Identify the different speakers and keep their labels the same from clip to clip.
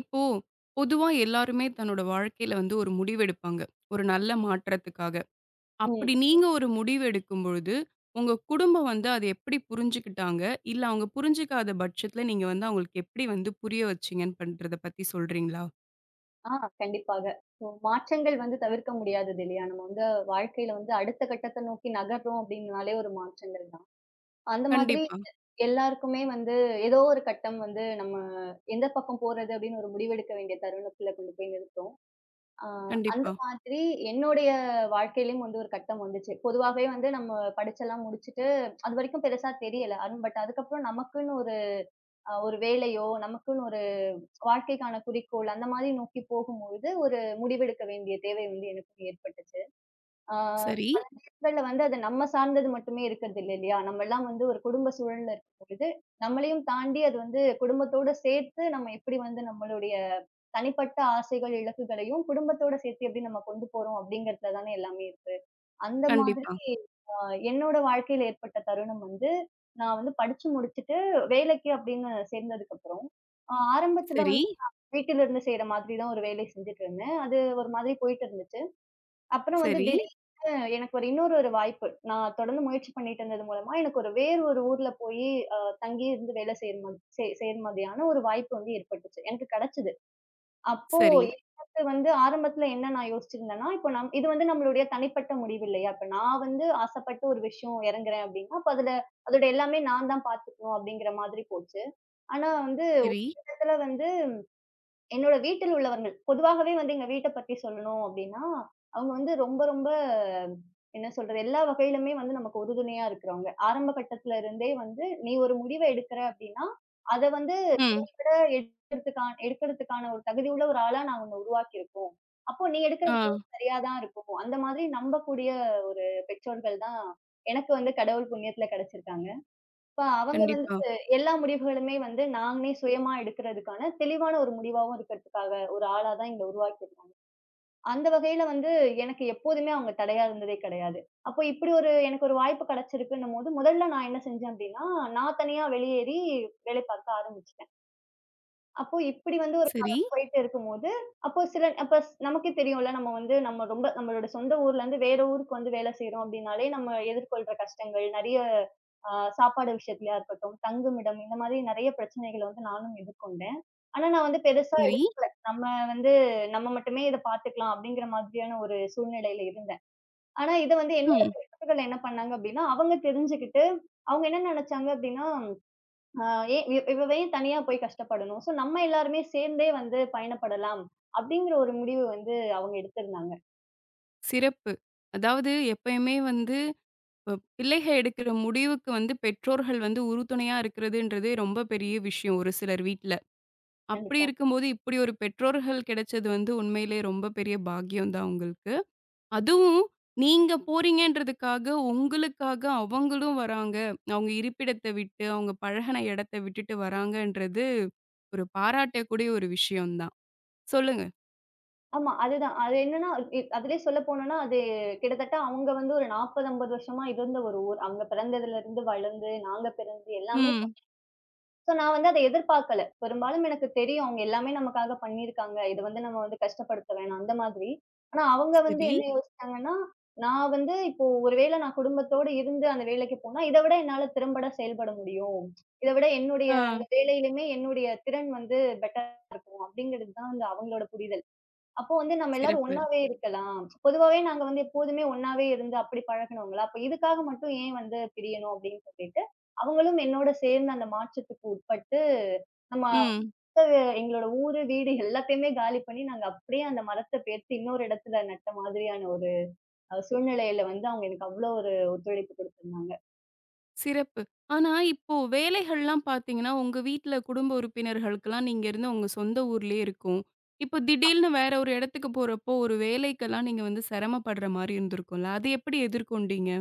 Speaker 1: இப்போ பொதுவா எல்லாருமே தன்னோட வாழ்க்கையில வந்து ஒரு முடிவெடுப்பாங்க. ஒரு நல்ல மாற்றத்துக்காக.
Speaker 2: ம்.
Speaker 1: அப்படி நீங்க ஒரு முடிவு எடுக்கும் பொழுது, உங்க குடும்பம் வந்து அத எப்படி புரிஞ்சுக்கிட்டாங்க? இல்ல அவங்க புரிஞ்சுக்காத பட்சத்துல நீங்க வந்து அவங்களுக்கு எப்படி வந்து புரிய வச்சீங்கன்னு பண்றத பத்தி சொல்றீங்களா?
Speaker 2: ஆ கண்டிப்பாக. இப்போ மாற்றங்கள் வந்து தவிர்க்க முடியாதது இல்லையா? நம்ம வந்து வாழ்க்கையில வந்து அடுத்த கட்டத்த நோக்கி நகர்றோம் அப்டின்னாலே ஒரு மாற்றங்கள் தான். அந்த மாதிரி
Speaker 1: கண்டிப்பா,
Speaker 2: எல்லாருக்குமே வந்து ஏதோ ஒரு கட்டம் வந்து நம்ம எந்த பக்கம் போறது அப்டின்னு ஒரு முடிவெடுக்க வேண்டிய தருணத்துல கொண்டு போய் நிறுத்தும். ஆ அந்த
Speaker 1: கண்டிப்பா.
Speaker 2: மாதிரி என்னுடைய வாழ்க்கையிலயும் வந்து ஒரு கட்டம் வந்துச்சு. பொதுவாவே வந்து நம்ம படிச்செல்லாம் முடிச்சுட்டு அதுவரைக்கும் பெருசா தெரியல. பட் அதுக்கப்புறம் நமக்குன்னு ஒரு ஒரு வேலையோ, நமக்குன்னு வாழ்க்கைக்கான குறிக்கோள் அந்த மாதிரி நோக்கி போகும்பொழுது, ஒரு முடிவெடுக்க வேண்டிய தேவை வந்து எனக்கும் ஏற்பட்டுச்சு. ஆ
Speaker 1: சரி.
Speaker 2: பல நேரங்கள்ல வந்து அது நம்ம சார்ந்தது மட்டுமே இருக்கிறது இல்லையா? நம்மலாம் வந்து ஒரு குடும்ப சூழல்ல இருக்கும்பொழுது, நம்மளையும் தாண்டி அது வந்து குடும்பத்தோட சேர்த்து நம்ம எப்படி வந்து நம்மளுடைய தனிப்பட்ட ஆசைகள், இலக்குகளையும் குடும்பத்தோட சேர்த்து எப்படி நம்ம கொண்டு போறோம் அப்படிங்கிறதுல தானே எல்லாமே இருக்கு. அந்த மாதிரி
Speaker 1: கண்டிப்பா.
Speaker 2: அ என்னோட வாழ்க்கையில ஏற்பட்ட தருணம் வந்து, நான் வந்து படிச்சு முடிச்சுட்டு வேலைக்கு அப்படின்னு சேர்ந்ததுக்கப்புறம், ஆரம்பத்துல
Speaker 1: சரி,
Speaker 2: வந்து வீட்டில இருந்து செய்ற மாதிரி தான் ஒரு வேலை செஞ்சுட்டு இருந்தேன். அது ஒரு மாதிரி போயிட்டு இருந்துச்சு. அப்புறம் வந்து
Speaker 1: சரி,
Speaker 2: திடீர்னு எனக்கு இன்னொரு ஒரு வாய்ப்பு. நான் தொடர்ந்து முயற்சி பண்ணிட்டு இருந்தது மூலமா, எனக்கு வேறு ஒரு ஊர்ல போயி தங்கி இருந்து வேலை செய்ற மாதி செ செய்ற மாதிரியான ஒரு வாய்ப்பு வந்து ஏற்பட்டுச்சு. எனக்கு கிடைச்சது. அப்போ
Speaker 1: சரி,
Speaker 2: எனக்கு வந்து ஆரம்பத்துல என்ன நான் யோசிச்சிருந்தேன்னா, இப்போ இது வந்து நம்மளுடைய தனிப்பட்ட முடிவு இல்லையா? இப்ப நான் வந்து ஆசைப்பட்டு ஒரு விஷயம் இறங்குறேன் அப்படின்னா, அப்ப அதுல அதோட எல்லாமே நான் தான் பார்த்துக்கணும் அப்படிங்கிற மாதிரி போச்சு. ஆனா வந்து ஒரு
Speaker 1: சரி.
Speaker 2: கட்டத்துல வந்து என்னோட வீட்டில் உள்ளவர்கள். பொதுவாகவே வந்து எங்க வீட்ட பத்தி சொல்லணும் அப்டின்னா, அவங்க வந்து ரொம்ப ரொம்ப என்ன சொல்றது? எல்லா வகையிலுமே வந்து நமக்கு உறுதுணையா இருக்கிறவங்க. ஆரம்ப கட்டத்துல இருந்தே வந்து, "நீ ஒரு முடிவ எடுக்கிற அப்டின்னா, அத வந்து
Speaker 1: ம்.
Speaker 2: திறம்பட எடுக்கிறதுக்கான எடுக்கிறதுக்கான ஒரு தகுதி உள்ள ஒரு ஆளா நான் உன்ன உருவாக்கியிருக்கோம். அப்போ நீ எடுக்கிற
Speaker 1: ஆ.
Speaker 2: முடிவு சரியா தான் இருக்கும்." அந்த மாதிரி நம்பக்கூடிய ஒரு பெற்றோர்கள் தான் எனக்கு வந்து கடவுள் புண்ணியத்துல கிடைச்சிருக்காங்க. இப்ப அவங்க வந்து
Speaker 1: கண்டிப்பா.
Speaker 2: எல்லா முடிவுகளுமே வந்து நாங்களே சுயமா எடுக்கிறதுக்கான தெளிவான ஒரு முடிவாவும் இருக்கிறதுக்காக ஒரு ஆளா தான் எங்கள உருவாக்கியிருக்காங்க. அந்த வகையில வந்து எனக்கு எப்போதுமே அவங்க தடையா இருந்ததே கிடையாது. அப்போ இப்படி எனக்கு ஒரு வாய்ப்பு கிடைச்சிருக்குன்னும்போது, முதல்ல நான் என்ன செஞ்சேன் அப்படின்னா, நான் தனியா வெளியேறி வேலை பார்க்க ஆரம்பிச்சேன். அப்போ இப்படி வந்து ஒரு
Speaker 1: சரி,
Speaker 2: காலம் போயிட்டு இருக்கும்போது, அப்போ சில நமக்கே தெரியும்ல, நம்ம ரொம்ப நம்மளோட சொந்த ஊர்லருந்து வேற ஊருக்கு வந்து வேலை செய்றோம் அப்படின்னாலே, நம்ம எதிர்கொள்ற கஷ்டங்கள் நெறைய அ சாப்பாடு விஷயத்துலயா இருக்கட்டும், தங்குமிடம் இந்த மாதிரி நெறைய பிரச்சனைகள வந்து நானும் எதிர்கொண்டேன். ஆனா நான் வந்து பெருசா
Speaker 1: சரி.
Speaker 2: நம்ம வந்து நம்ம மட்டுமே இத பார்த்துக்கலாம் அப்படிங்கிற மாதிரியான ஒரு சூழ்நிலையில இருந்தேன். ஆனா இத வந்து என்னோட
Speaker 1: ம்.
Speaker 2: பெற்றோர்கள் என்ன பண்ணாங்க அப்படின்னா, அவங்க தெரிஞ்சுகிட்டு அவங்க என்ன நெனைச்சாங்க அப்படின்னா ஆ ஏன் இவ் இவ ஏன் தனியா போய் கஷ்டப்படணும்? சோ நம்ம எல்லாருமே சேர்ந்தே வந்து பயணப்படலாம். அப்படிங்கிற ஒரு முடிவு வந்து அவங்க எடுத்திருந்தாங்க.
Speaker 1: சிறப்பு. அதாவது எப்பயுமே வந்து இப்ப பிள்ளைகள் எடுக்கிற முடிவுக்கு வந்து பெற்றோர்கள் வந்து உறுதுணையா இருக்கிறதுன்றதே ரொம்ப பெரிய விஷயம் ஒரு சிலர் வீட்ல. அப்படி
Speaker 2: கண்டிப்பா.
Speaker 1: இருக்கும்போது இப்படி ஒரு பெற்றோர்கள் கிடைச்சது வந்து உண்மையிலேயே ரொம்ப பெரிய பாக்கியம் தான் உங்களுக்கு. அதுவும் நீங்க போறீங்கன்றதுக்காக உங்களுக்காக அவங்களும் வராங்க. அவங்க இருப்பிடத்த விட்டு, அவங்க பழகுன இடத்த விட்டுட்டு வராங்கன்றது ஒரு பாராட்டக்கூடிய ஒரு விஷயம் தான். சொல்லுங்க.
Speaker 2: ஆமா. அதுதான். அது என்னன்னா, அதிலயே சொல்ல போனோம்னா, அது கிட்டத்தட்ட அவங்க வந்து ஒரு 40, 50 வருஷமா இருந்த ஒரு ஊர். அவங்க பிறந்ததுலருந்து, வளர்ந்து, நாங்க பிறந்து எல்லாமே
Speaker 1: ம்.
Speaker 2: சோ, நான் வந்து அத எதிர்பார்க்கல. பெரும்பாலும் எனக்கு தெரியும். அவங்க எல்லாமே நமக்காக பண்ணியிருக்காங்க. இத வந்து நம்ம வந்து கஷ்டப்படுத்த வேணாம் அந்த மாதிரி. ஆனா அவங்க வந்து
Speaker 1: சரி.
Speaker 2: என்ன யோசிச்சாங்கன்னா, நான் வந்து இப்போ ஒரு வேளை நான் குடும்பத்தோட இருந்து அந்த வேலைக்கு போனா, இத விட என்னால திறம்பட செயல்பட முடியும். இத விட என்னுடைய
Speaker 1: ஆ.
Speaker 2: அந்த வேலையிலுமே என்னுடைய திறன் வந்து பெட்டரா இருக்கும். அப்படிங்கிறது தான் வந்து அவங்களோட புரிதல். அப்போ வந்து நம்ம எல்லாரும்
Speaker 1: சிறப்பு.
Speaker 2: ஒண்ணாவே இருக்கலாம். பொதுவாவே நாங்க வந்து எப்போதுமே ஒண்ணாவே இருந்து அப்படி பழகுனவங்களா, அப்ப இதுக்காக மட்டும் ஏன் வந்து பிரியணும் அப்படின்னு சொல்லிட்டு, அவங்களும் என்னோட சேர்ந்து அந்த மாற்றத்துக்கு உட்பட்டு, நம்ம
Speaker 1: ம்.
Speaker 2: மொத்த எங்களோட ஊரு, வீடு எல்லாத்தையுமே காலி பண்ணி நாங்க அப்படியே அந்த மரத்த பெயர்த்து இன்னொரு இடத்துல நட்ட மாதிரியான ஒரு சூழ்நிலையில வந்து அவங்க எனக்கு அவ்ளோ ஒரு ஒத்துழைப்பு குடுத்திருந்தாங்க.
Speaker 1: சிறப்பு. ஆனா, இப்போ வேலைகள்லாம் பார்த்தீங்கன்னா, உங்க வீட்ல குடும்ப உறுப்பினர்களுக்கெல்லாம் நீங்க இருந்த உங்க சொந்த ஊர்லயே இருக்கும். இப்போ திடீல்னு வேற ஒரு இடத்துக்கு போறப்போ, ஒரு வேலைக்கெல்லாம் நீங்க வந்து சிரமப்படுற மாரி இருந்திருக்கும்ல. அது எப்படி எதிர்கொண்டீங்க?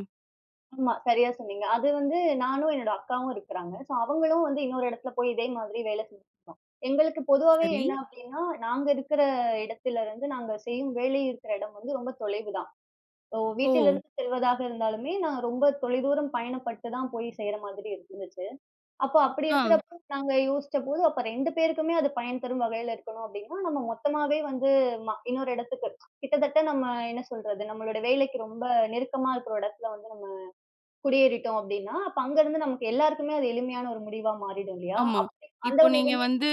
Speaker 2: ஆமா. சரியா சொன்னீங்க. அது வந்து நானும் என்னோட அக்காவும் இருக்கிறாங்க. ஸோ அவங்களும் வந்து இன்னொரு இடத்துல போய் இதே மாதிரி வேலை செஞ்சுட்டுருக்கோம். எங்களுக்கு பொதுவாவே
Speaker 1: சரி.
Speaker 2: என்ன அப்டின்னா, நாங்க இருக்கிற இடத்துல இருந்து நாங்க செய்யும் வேலை இருக்கிற இடம் வந்து ரொம்ப தொலைவு தான். ஸோ
Speaker 1: ஓ!
Speaker 2: வீட்டிலிருந்து செல்வதாக இருந்தாலுமே, நான் ரொம்ப தொலைதூரம் பயணப்பட்டு தான் போய் செய்ற மாதிரி இருந்துச்சு. அப்போ அப்படி
Speaker 1: ஆ,
Speaker 2: இருக்கிறப்போ நாங்க யோசிச்சபோது, அப்ப 2 பேருக்குமே அது பயன் தரும் வகையில இருக்கணும் அப்டின்னா, நம்ம மொத்தமாவே வந்து இன்னொரு இடத்துக்கு கிட்டத்தட்ட நம்ம என்ன சொல்றது? நம்மளோட வேலைக்கு ரொம்ப நெருக்கமா இருக்கிற இடத்துல வந்து குடியேறிட்டோம் அப்படின்னா, அப்ப அங்க இருந்து நமக்கு எல்லாருக்குமே அது எளிமையான ஒரு முடிவா மாறிடும் இல்லையா?
Speaker 1: ஆமா.
Speaker 2: அப்படி அந்த
Speaker 1: இப்போ நீங்க
Speaker 2: வகையிலுமே
Speaker 1: வந்து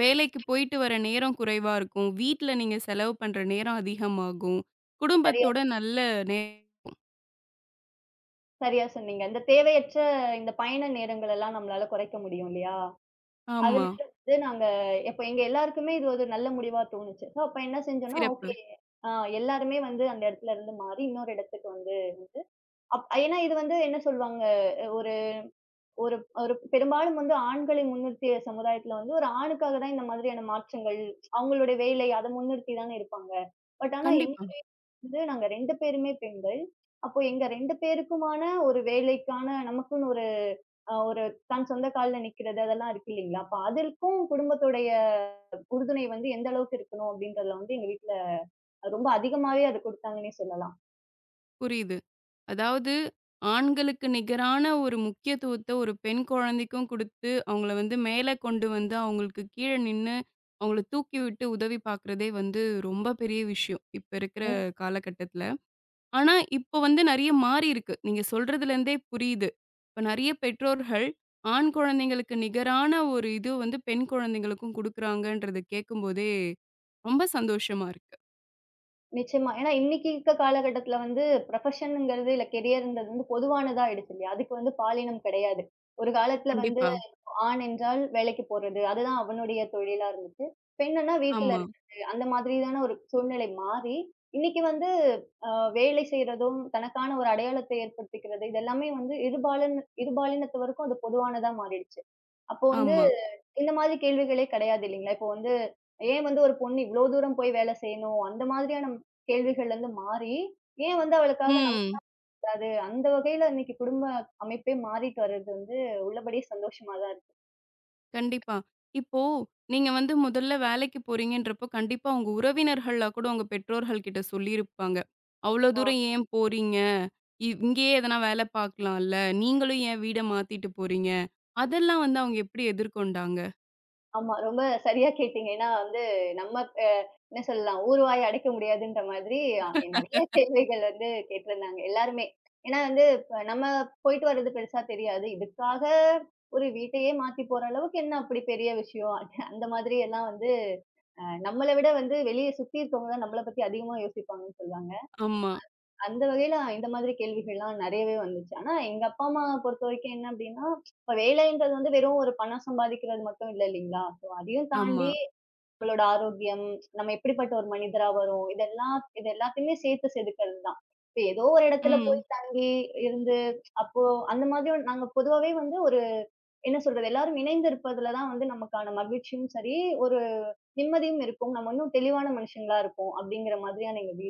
Speaker 1: வேலைக்கு போயிட்டு வர நேரம் குறைவா இருக்கும். வீட்ல நீங்க செலவு பண்ற நேரம் அதிகமாகும்.
Speaker 2: சரியா
Speaker 1: குடும்பத்தோட நல்ல நே
Speaker 2: சரியா சொன்னீங்க. இந்த தேவையற்ற இந்த பயண நேரங்கள் எல்லாம் நம்மளால குறைக்க முடியும் இல்லையா?
Speaker 1: ஆமா.
Speaker 2: அதனால வந்து நாங்க இப்ப எங்க எல்லாருக்குமே இது ஒரு நல்ல முடிவா தோணுச்சு. சோ அப்ப என்ன செஞ்சோம்னா,
Speaker 1: சிறப்பு.
Speaker 2: ஓகே அ எல்லாருமே வந்து அந்த இடத்துல இருந்து மாறி இன்னொரு இடத்துக்கு வந்து வந்து அப் ஏன்னா இது வந்து என்ன சொல்வாங்க, ஒரு ஒரு ஒரு பெரும்பாலும் வந்து ஆண்களை முன்னிறுத்திய சமுதாயத்துல வந்து, ஒரு ஆணுக்காக தான் இந்த மாதிரியான மாற்றங்கள், அவங்களுடைய வேலை அத முன்னிறுத்தி தானே இருப்பாங்க. ஆனா எங்க
Speaker 1: கண்டிப்பா.
Speaker 2: வந்து நாங்க 2 பேருமே பெண்கள். அப்போ எங்க 2 பேருக்குமான ஒரு வேலைக்கான நமக்குன்னு ஒரு ஒரு தன் சொந்த கால்ல நிக்கிறது அதெல்லாம் இருக்கு இல்லீங்களா? அப்ப அதற்கும் குடும்பத்துடைய உறுதுணை வந்து எந்த அளவுக்கு இருக்கணும் அப்படின்றதுல வந்து எங்க வீட்ல ரொம்ப அதிகமாவே அது குடுத்தாங்கன்னே சொல்லலாம்.
Speaker 1: புரியுது. அதாவது ஆண்களுக்கு நிகரான ஒரு முக்கியத்துவத்த ஒரு பெண் குழந்தைக்கும் குடுத்து, அவங்கள வந்து மேல கொண்டு வந்து, அவங்களுக்கு கீழ நின்னு, அவங்கள தூக்கிவிட்டு உதவி பார்க்கிறதே வந்து ரொம்ப பெரிய விஷயம். இப்ப இருக்கிற காலகட்டத்துல. ஆனா, இப்ப வந்து நெறைய மாறியிருக்கு. நீங்க சொல்றதுலேருந்தே புரியுது. இப்ப நெறைய பெற்றோர்கள் ஆண் குழந்தைங்களுக்கு நிகரான ஒரு இது வந்து பெண் குழந்தைங்களுக்கும் குடுக்குறாங்கன்றத கேட்கும்போதே ரொம்ப சந்தோஷமா இருக்கு.
Speaker 2: நிச்சயமா. ஏன்னா இன்னைக்கு இருக்க காலகட்டத்துல வந்து ப்ரொஃபஷன்ங்கிறது, இல்ல கெரியர்ங்கிறது வந்து பொதுவானதா ஆயிடுச்சு இல்லையா? அதுக்கு வந்து பாலினம் கிடையாது. ஒரு காலத்துல வந்து
Speaker 1: கண்டிப்பா.
Speaker 2: ஆண் என்றால் வேலைக்கு போறது. அதுதான் அவனுடைய தொழிலா இருந்துச்சு. பெண்ணுன்னா வீட்ல
Speaker 1: ஆமா,
Speaker 2: இருக்கிறது. அந்த மாதிரியான ஒரு சூழ்நிலை மாறி, இன்னைக்கு வந்து அ வேலை செய்றதும், தனக்கான ஒரு அடையாளத்தை ஏற்படுத்திக்கிறது, இது எல்லாமே வந்து இருபாலினத்தவருக்கும் அது பொதுவானதா மாறிடுச்சு. அப்போ வந்து
Speaker 1: ஆமா.
Speaker 2: இந்த மாதிரி கேள்விகளே கிடையாது இல்லைங்களா? இப்போ வந்து ஏன் வந்து ஒரு பொண்ணு இவ்ளோ தூரம் போய் வேலை செய்யணும்? அந்த மாதிரியான கேள்விகள்லருந்து மாறி, ஏன் வந்து அவளுக்காக நமக்கு
Speaker 1: ம்.
Speaker 2: அது அந்த வகையில இன்னைக்கு குடும்ப அமைப்பே மாறிட்டு வர்றது வந்து உள்ளபடியே சந்தோஷமா தான் இருக்கு.
Speaker 1: கண்டிப்பா. இப்போ நீங்க வந்து முதல்ல வேலைக்கு போறீங்கன்றப்போ, கண்டிப்பா உங்க உறவினர்கள்லா கூட உங்க பெற்றோர்கள் கிட்ட சொல்லியிருப்பாங்க. "அவ்ளோ
Speaker 2: ஆ.
Speaker 1: தூரம் ஏன் போறீங்க? இங்கேயே எதனா வேல பார்க்கலாம்ல. நீங்களும் ஏன் வீட மாத்திட்டு போறீங்க?" அதெல்லாம் வந்து அவங்க எப்படி எதிர்கொண்டாங்க?
Speaker 2: ஆமா. ரொம்ப சரியா கேட்டீங்க. ஏன்னா வந்து நம்ம அ என்ன சொல்லலாம், ஊர்வாய் அடைக்க முடியாதுன்ற மாதிரி அ நெறைய கேள்விகள் வந்து கேட்டிருந்தாங்க எல்லாருமே. ஏன்னா வந்து இப்ப நம்ம போயிட்டு வர்றது பெருசா தெரியாது. இதுக்காக ஒரு வீட்டையே மாத்தி போற அளவுக்கு என்ன அப்படி பெரிய விஷயம்? அந்த அந்த மாதிரி எல்லாம் வந்து நம்மள விட வந்து வெளிய சுத்தி இருக்கவங்க தான் நம்மள பத்தி அதிகமா யோசிப்பாங்கன்னு சொல்லுவாங்க.
Speaker 1: ஆமா,
Speaker 2: அந்த வகையில இந்த மாதிரி கேள்விகள்லாம் நெறையவே வந்துச்சு. ஆனா எங்க அப்பா, அம்மா பொறுத்தவரைக்கும் என்ன அப்டின்னா, இப்ப வேலைன்றது வந்து வெறும் ஒரு பணம் சம்பாதிக்கிறது மட்டும் இல்லைங்களா? ஸோ அதையும்
Speaker 1: ஆமா.
Speaker 2: தாண்டி நம்மளோட ஆரோக்கியம், நம்ம எப்படிப்பட்ட ஒரு மனிதரா வரோம், இது எல்லாத்தையுமே சேர்த்து செதுக்கிறது தான். இப்ப ஏதோ ஒரு இடத்துல போய்
Speaker 1: ம்.
Speaker 2: தங்கி இருந்து, அப்போ அந்த மாதிரி ஒரு- நாங்க பொதுவாவே வந்து ஒரு என்ன சொல்றது? எல்லாரும் இணைந்து இருப்பதுல தான் வந்து நமக்கான மகிழ்ச்சியும் சரி, ஒரு நிம்மதியும் இருக்கும். நம்ம இன்னும் தெளிவான மனுஷங்களா இருப்போம். அப்படிங்கிற மாதிரியான எங்க வீ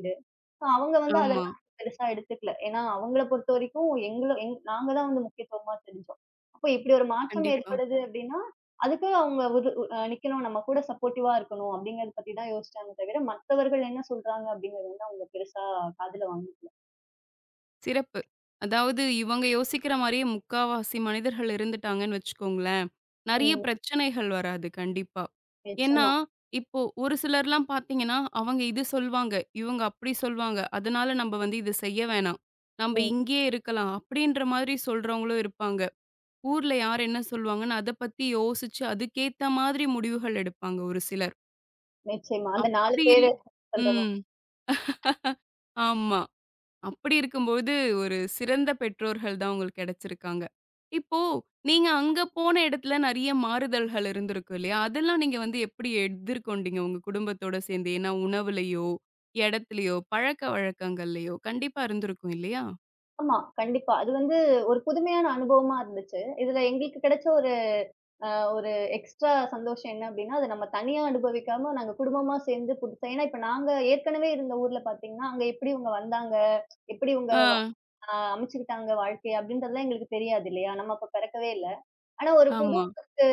Speaker 2: So, அவங்க வந்து
Speaker 1: ஆமா.
Speaker 2: அதெல்லாம் பெருசா எடுத்துக்கல. ஏன்னா அவங்கள பொறுத்தவரைக்கும் எங்கள எங் நாங்க தான் வந்து முக்கியத்துவமா தெரிஞ்சோம். அப்ப இப்படி ஒரு மாற்றம்
Speaker 1: கண்டிப்பா.
Speaker 2: ஏற்படுது அப்படின்னா, அதுக்கு அவங்க ஒரு நிக்கணும். நம்ம கூட சப்போர்ட்டிவா இருக்கணும் அப்படிங்கிறத பத்தி தான் யோசிச்சாங்க தவிர, மத்தவர்கள் என்ன சொல்றாங்க அப்படிங்கிறது வந்து அவங்க பெருசா காதுல வாங்கல.
Speaker 1: சிறப்பு. அதாவது இவங்க யோசிக்கிற மாரியே முக்காவாசி மனிதர்கள் இருந்துட்டாங்கன்னு வச்சுக்கோங்களேன், நெறைய
Speaker 2: ம்.
Speaker 1: பிரச்சனைகள் வராது கண்டிப்பா. ஏன்னா,
Speaker 2: நிச்சயமா.
Speaker 1: இப்போ ஒரு சிலர்லாம் பார்த்தீங்கன்னா, அவங்க இது சொல்வாங்க, இவங்க அப்படி சொல்வாங்க. அதனால நம்ப வந்து இது செய்ய வேணாம். நம்ப
Speaker 2: ம்.
Speaker 1: இங்கேயே இருக்கலாம். அப்படின்ற மாதிரி சொல்றவங்களும் இருப்பாங்க. ஊர்ல யார் என்ன சொல்வாங்கன்னு அத பத்தி யோசிச்சு அதுக்கேத்த மாதிரி முடிவுகள் எடுப்பாங்க ஒரு சிலர்.
Speaker 2: அந்த 4
Speaker 1: அப்படி இரு
Speaker 2: பேரு சொல்ற மாரி.
Speaker 1: ம். ஆமா. அப்படி இருக்கும்போது, ஒரு சிறந்த பெற்றோர்கள் தான் உங்களுக்கு கிடைச்சிருக்காங்க. இப்போ நீங்க அங்க போன இடத்துல நெறைய மாறுதல்கள் இருந்திருக்கும் இல்லையா? அதெல்லாம் நீங்க வந்து எப்படி எதிர்கொண்டீங்க உங்க குடும்பத்தோட சேர்ந்து? ஏன்னா உணவுலயோ, இடத்துலயோ, பழக்கவழக்கங்கள்லயோ கண்டிப்பா இருந்திருக்கும் இல்லையா?
Speaker 2: ஆமா. கண்டிப்பா. அது வந்து ஒரு புதுமையான அனுபவமா இருந்துச்சு. இதுல எங்களுக்கு கிடைச்ச ஒரு அ ஒரு எக்ஸ்ட்ரா சந்தோஷம் என்ன அப்டின்னா, அது நம்ம தனியா அனுபவிக்காம நாங்க குடும்பமா சேர்ந்து புதுசா ஏன்னா இப்ப நாங்க ஏற்கனவே இருந்த ஊர்ல பார்த்தீங்கன்னா, அங்க எப்படி இவங்க வந்தாங்க? எப்படி இவங்க
Speaker 1: ஆ,
Speaker 2: வ அமைச்சுக்கிட்டாங்க வாழ்க்கைய அப்டின்றதெல்லாம் எங்களுக்குத் தெரியாது இல்லையா? நம்ம அப்ப பிறக்கவே இல்ல. ஆனா ஒரு புது
Speaker 1: ஆமா.
Speaker 2: ஊருக்கு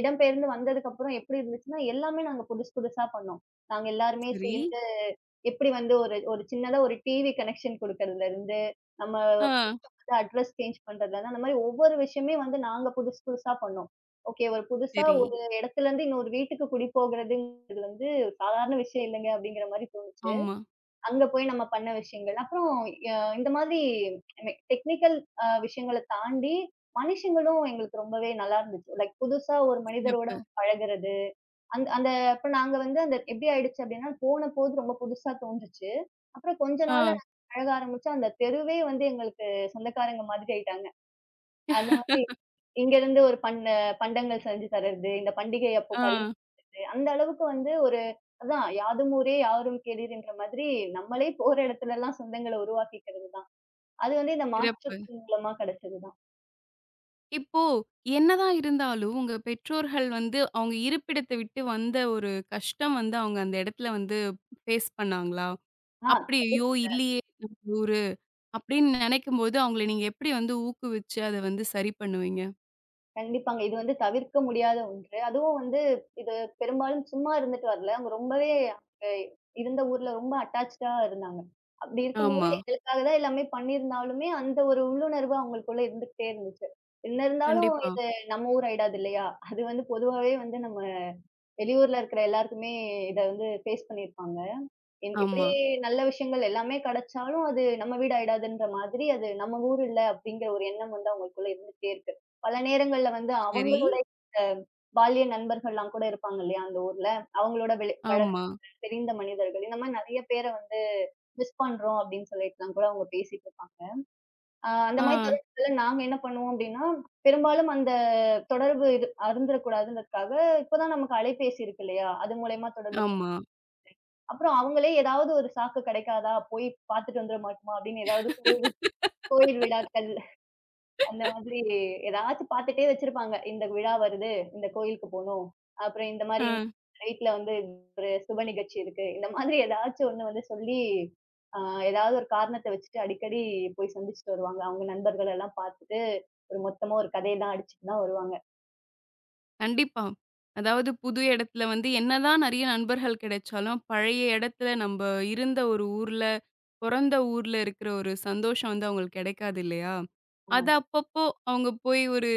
Speaker 2: இடம்பெயர்ந்து வந்ததுக்கப்புறம் எப்படி இருந்துச்சுன்னா, எல்லாமே நாங்க புதுசு புதுசா பண்ணோம். நாங்க எல்லாருமே
Speaker 1: சரி.
Speaker 2: சேர்ந்து எப்படி வந்து ஒரு ஒரு சின்னதா ஒரு டிவி கனெக்ஷன் குடுக்கறதுலருந்து, நம்ம
Speaker 1: ஆ,
Speaker 2: அட்ரஸ் சேஞ்ச் பண்றதுல இருந்து, அந்த மாரி ஒவ்வொரு விஷயமே வந்து நாங்க புதுசு புதுசா பண்ணோம். ஓகே ஒரு புதுசா
Speaker 1: சரி.
Speaker 2: ஒரு இடத்துலருந்து இன்னொரு வீட்டுக்கு குடி போகுறதுங்கிறது வந்து சாதாரண விஷயம் இல்லங்க அப்படிங்கிற மாரி தோணுது.
Speaker 1: ஆமா.
Speaker 2: அங்க போய் நம்ம பண்ண விஷயங்கள். அப்புறம் இந்த மாதிரி டெக்னிக்கல் விஷயங்கள தாண்டி மனுஷங்களும் எங்களுக்கு ரொம்பவே நல்லா இருந்துச்சு. லைக் புதுசா ஒரு மனிதரோட
Speaker 1: சிறப்பு.
Speaker 2: பழகுறது. அந்த அந்த அப்ப நாங்க வந்து அந்த எப்படி ஆயிடுச்சு அப்படின்னா, போன போது ரொம்ப புதுசா தோணுச்சு. அப்புறம் கொஞ்ச நாள்ல
Speaker 1: ஆ,
Speaker 2: நாங்க பழக ஆரம்பிச்சா அந்த தெருவே வந்து எங்களுக்கு சொந்தக்காரங்க மாதிரி ஆயிட்டாங்க. அத வந்து இங்கருந்து ஒரு பண்ட பண்டங்கள் செஞ்சு தர்றது, இந்த பண்டிகை அப்போ
Speaker 1: ஆ,
Speaker 2: பரிமாறுறது, அந்த அளவுக்கு வந்து ஒரு அதான் யாதும் ஊரே யாவரும் கேளீர்ன்ற மாதிரி நம்மளே போற இடத்துலலாம் சொந்தங்கள உருவாக்கிக்கிறது தான். அது வந்து இந்த
Speaker 1: சிறப்பு.
Speaker 2: மாற்றத்தின் மூலமா கிடைச்சது தான்.
Speaker 1: இப்போ என்னதான் இருந்தாலும், உங்க பெற்றோர்கள் வந்து அவங்க இருப்பிடத்த விட்டு வந்த ஒரு கஷ்டம் வந்து அவங்க அந்த இடத்துல வந்து ஃபேஸ் பண்ணாங்களா?
Speaker 2: ஆ.
Speaker 1: அப்படி "ஐயோ! இல்லையே நம்ம ஊரு" அப்படின்னு நினைக்கும்போது அவங்கள நீங்க எப்படி வந்து ஊக்குவிச்சு அத வந்து சரி பண்ணுவீங்க?
Speaker 2: கண்டிப்பாங்க. இது வந்து தவிர்க்க முடியாத ஒன்று. அதுவும் வந்து இது பெரும்பாலும் சும்மா இருந்துட்டு வரல. அவங்க ரொம்பவே அ இருந்த ஊர்ல ரொம்ப அட்டாச்டா இருந்தாங்க. அப்படி இருக்கும்போது
Speaker 1: ஆமா.
Speaker 2: எங்களுக்காக தான் எல்லாமே பண்ணியிருந்தாலுமே, அந்த ஒரு உள்ளுணர்வு அவங்களுக்குள்ள இருந்துகிட்டே இருந்துச்சு. என்ன இருந்தாலும்
Speaker 1: கண்டிப்பா.
Speaker 2: இது நம்ம ஊர் ஆயிடாது இல்லையா? அது வந்து பொதுவாவே வந்து நம்ம வெளியூர்ல இருக்கிற எல்லாருக்குமே இத வந்து ஃபேஸ் பண்ணியிருப்பாங்க. இப்படி
Speaker 1: ஆமா.
Speaker 2: நல்ல விஷயங்கள் எல்லாமே கிடைச்சாலும், அது நம்ம வீடு ஆயிடாதுன்ற மாதிரி, அது நம்ம ஊர் இல்ல அப்படிங்கிற ஒரு எண்ணம் வந்து அவங்களுக்குள்ள இருந்துகிட்டே இருக்கு. பல நேரங்கள்ல வந்து
Speaker 1: சரி.
Speaker 2: அவங்களுடைய அ பால்ய நண்பர்கள்லாம் கூட இருப்பாங்க இல்லையா? அந்த ஊர்ல. அவங்களோட வெளி பழக்கம்
Speaker 1: ஆமா.
Speaker 2: தெரிந்த மனிதர்கள். இந்த மாரி நெறைய பேர வந்து மிஸ் பண்றோம் அப்படின்னு சொல்லிட்டுலாம் கூட அவங்க பேசிட்டு இருப்பாங்க. அந்த
Speaker 1: ஆ.
Speaker 2: மாரி தருணத்துல நாங்க என்ன பண்ணுவோம் அப்படின்னா, பெரும்பாலும் அந்த தொடர்பு இது அருந்திரக்கூடாதுன்றதுக்காக இப்ப தான் நமக்கு அலைபேசி இருக்கு இல்லையா? அது மூலியமா தொடர்பு
Speaker 1: ஆமா.
Speaker 2: அப்புறம் அவங்களே ஏதாவது ஒரு சாக்கு கிடைக்காதா? போய் பார்த்துட்டு வந்துர மாட்டோமா? அப்படின்னு ஏதாவது கோயில் கோயில் விழாக்கள் அந்த மாதிரி ஏதாச்சும் பார்த்துட்டே வச்சிருப்பாங்க. இந்த விழா வருது, இந்த கோயிலுக்கு போணும். அப்புறம் இந்த
Speaker 1: ஆ.
Speaker 2: மாரி நைட்ல வந்து ஒரு சுப நிகழ்ச்சி இருக்கு. இந்த மாதிரி ஏதாச்சும் ஒண்ணு வந்து சொல்லி, அ ஏதாவது ஒரு காரணத்த வச்சுட்டு அடிக்கடி போய் சந்திச்சுட்டு வருவாங்க. அவங்க நண்பர்கள் எல்லாம் பார்த்துட்டு, ஒரு மொத்தமா ஒரு கதையெல்லாம் அடிச்சுட்டு தான் வருவாங்க.
Speaker 1: கண்டிப்பா. அதாவது புது இடத்துல வந்து என்னதான் நெறைய நண்பர்கள் கிடைச்சாலும், பழைய இடத்துல நம்ப இருந்த ஒரு ஊர்ல, பொறந்த ஊர்ல இருக்கிற ஒரு சந்தோஷம் வந்து அவங்களுக்கு கிடைக்காது இல்லையா? அது
Speaker 2: ஆஹ்
Speaker 1: அப்பப்போ அவங்க போய் ஒரு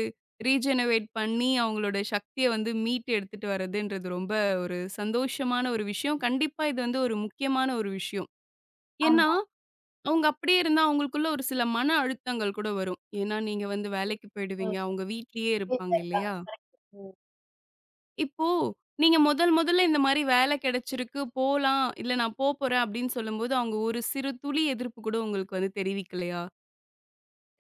Speaker 1: ரீஜெனவேட் பண்ணி அவங்களோட சக்திய வந்து மீட்டு எடுத்துட்டு வரதுன்றது ரொம்ப ஒரு சந்தோஷமான ஒரு விஷயம். கண்டிப்பா இது வந்து ஒரு முக்கியமான ஒரு விஷயம். ஏன்னா,
Speaker 2: ஆமா.
Speaker 1: அவங்க அப்படியே இருந்தா அவங்களுக்குள்ள ஒரு சில மன அழுத்தங்கள் கூட வரும். ஏன்னா, நீங்க வந்து வேலைக்கு
Speaker 2: ம்.
Speaker 1: போயிடுவீங்க. அவங்க வீட்லயே
Speaker 2: வீட்ல
Speaker 1: இருப்பாங்க
Speaker 2: இருக்காங்க.
Speaker 1: இல்லையா?
Speaker 2: கரெக்ட். ம்.
Speaker 1: இப்போ நீங்க முதல் முதல்ல இந்த மாரி வேலை கிடைச்சிருக்கு, போலாம், இல்ல நான் போப்போறேன் அப்படின்னு சொல்லும்போது, அவங்க ஒரு சிறு துளி எதிர்ப்பு கூட உங்களுக்கு வந்து தெரிவிக்கலையா?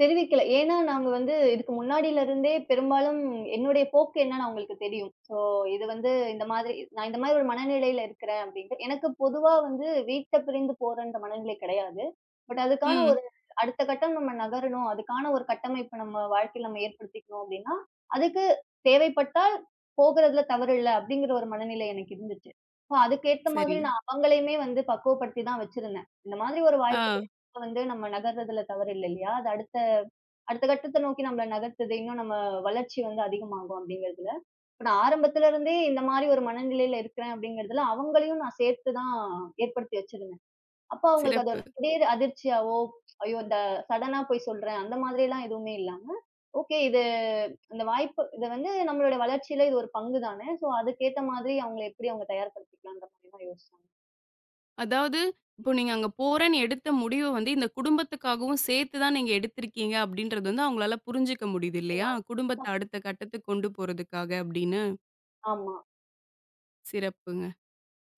Speaker 2: தெரிவிக்கல. ஏன்னா, நாங்க வந்து இதுக்கு முன்னாடிலருந்தே பெரும்பாலும் என்னுடைய போக்கு என்னன்னு அவங்களுக்கு தெரியும். ஸோ இது வந்து இந்த மாதிரி நான் இந்த மாதிரி ஒரு மனநிலையில இருக்கிறேன் அப்படின்ட்டு. எனக்கு பொதுவா வந்து வீட்ட பிரிந்து போறன்ற மனநிலை கிடையாது. பட் அதுக்கான
Speaker 1: ம்.
Speaker 2: ஒரு அடுத்த கட்டம் நம்ம நகரணும். அதுக்கான ஒரு கட்டமைப்பு நம்ம வாழ்க்கையில நம்ம ஏற்படுத்திக்கணும் அப்படின்னா, அதுக்கு தேவைப்பட்டால் போகிறதுல தவறு இல்ல அப்படிங்கிற ஒரு மனநிலை எனக்கு இருந்துச்சு. ஸோ அதுக்கேத்த
Speaker 1: சரி.
Speaker 2: மாதிரி நான் அவங்களையுமே வந்து பக்குவப்படுத்தி தான் வச்சிருந்தேன். இந்த மாதிரி ஒரு வாய்ப்பு
Speaker 1: ஆ.
Speaker 2: கிடைச்சா வந்து நம்ம நகர்றதுல தவறு இல்ல இல்லையா? அது அடுத்த அடுத்த கட்டத்த நோக்கி நம்மள நகர்த்துது. இன்னும் நம்ம வளர்ச்சி வந்து அதிகமாகும் அப்படிங்கிறதுல. இப்ப நான் ஆரம்பத்துல இருந்தே இந்த மாரி ஒரு மனநிலையில இருக்கிறேன் அப்படிங்கிறதுல, அவங்களையும் நான் சேர்த்து தான் ஏற்படுத்தி வச்சிருந்தேன். அப்போ அவங்களுக்கு அதோட
Speaker 1: சிறப்பு.
Speaker 2: திடீர் அதிர்ச்சியாவோ, ஐயோ! இந்த சடனா போய் சொல்றேன். அந்த மாதிரிலாம் எதுவுமே இல்லாம, ஓகே இந்த வாய்ப்பு இது வந்து நம்மளோட வளர்ச்சியில இது ஒரு பங்கு தானே. ஸோ அதுக்கேத்த மாதிரி அவங்கள எப்படி அவங்க தயார்படுத்திக்கலான்ற மாதிரி தான் யோசிச்சாங்க.
Speaker 1: அதாவது இப்போ நீங்க அங்க போறேன்னு எடுத்த முடிவு வந்து இந்த குடும்பத்துக்காகவும் சேர்த்து தான் நீங்க எடுத்திருக்கீங்க அப்படின்றது வந்து அவங்களால புரிஞ்சுக்க முடியுது இல்லையா?
Speaker 2: மன-
Speaker 1: குடும்பத்த அடுத்த கட்டத்துக்கு கொண்டு போறதுக்காக அப்படின்னு.
Speaker 2: ஆமா.
Speaker 1: சிறப்புங்க.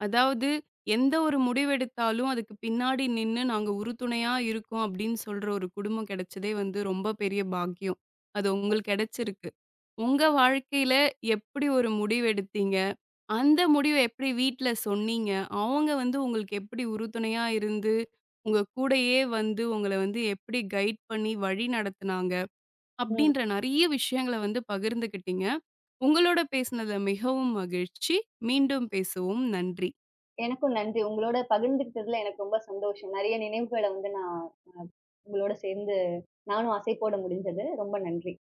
Speaker 1: அதாவது, எந்த ஒரு முடிவெடுத்தாலும் அதுக்கு பின்னாடி நின்னு நாங்க உறுதுணையா இருக்கோம் அப்படின்னு சொல்ற ஒரு குடும்பம் கிடைச்சதே வந்து ரொம்ப பெரிய பாக்கியம். அது உங்களுக்கு கிடைச்சிருக்கு. உங்க வாழ்க்கையில எப்படி ஒரு முடிவு எடுத்தீங்க? அந்த முடிவ எப்படி வீட்ல சொன்னீங்க? அவங்க வந்து உங்களுக்கு எப்படி உறுதுணையா இருந்து, உங்க கூடயே வந்து உங்கள வந்து எப்படி கைட் பண்ணி வழி நடத்துனாங்க?
Speaker 2: ம்.
Speaker 1: அப்படின்ற நெறைய விஷயங்கள வந்து பகிர்ந்துக்கிட்டீங்க. உங்களோட பேசினதுல மிகவும் மகிழ்ச்சி. மீண்டும் பேசுவோம். நன்றி.
Speaker 2: எனக்கும் நன்றி. உங்களோட பகிர்ந்துக்கிட்டதுல எனக்கு ரொம்ப சந்தோஷம். நெறைய நினைவுகள வந்து நான் உங்களோட சேர்ந்து நானும் அசை போட முடிஞ்சது. ரொம்ப நன்றி.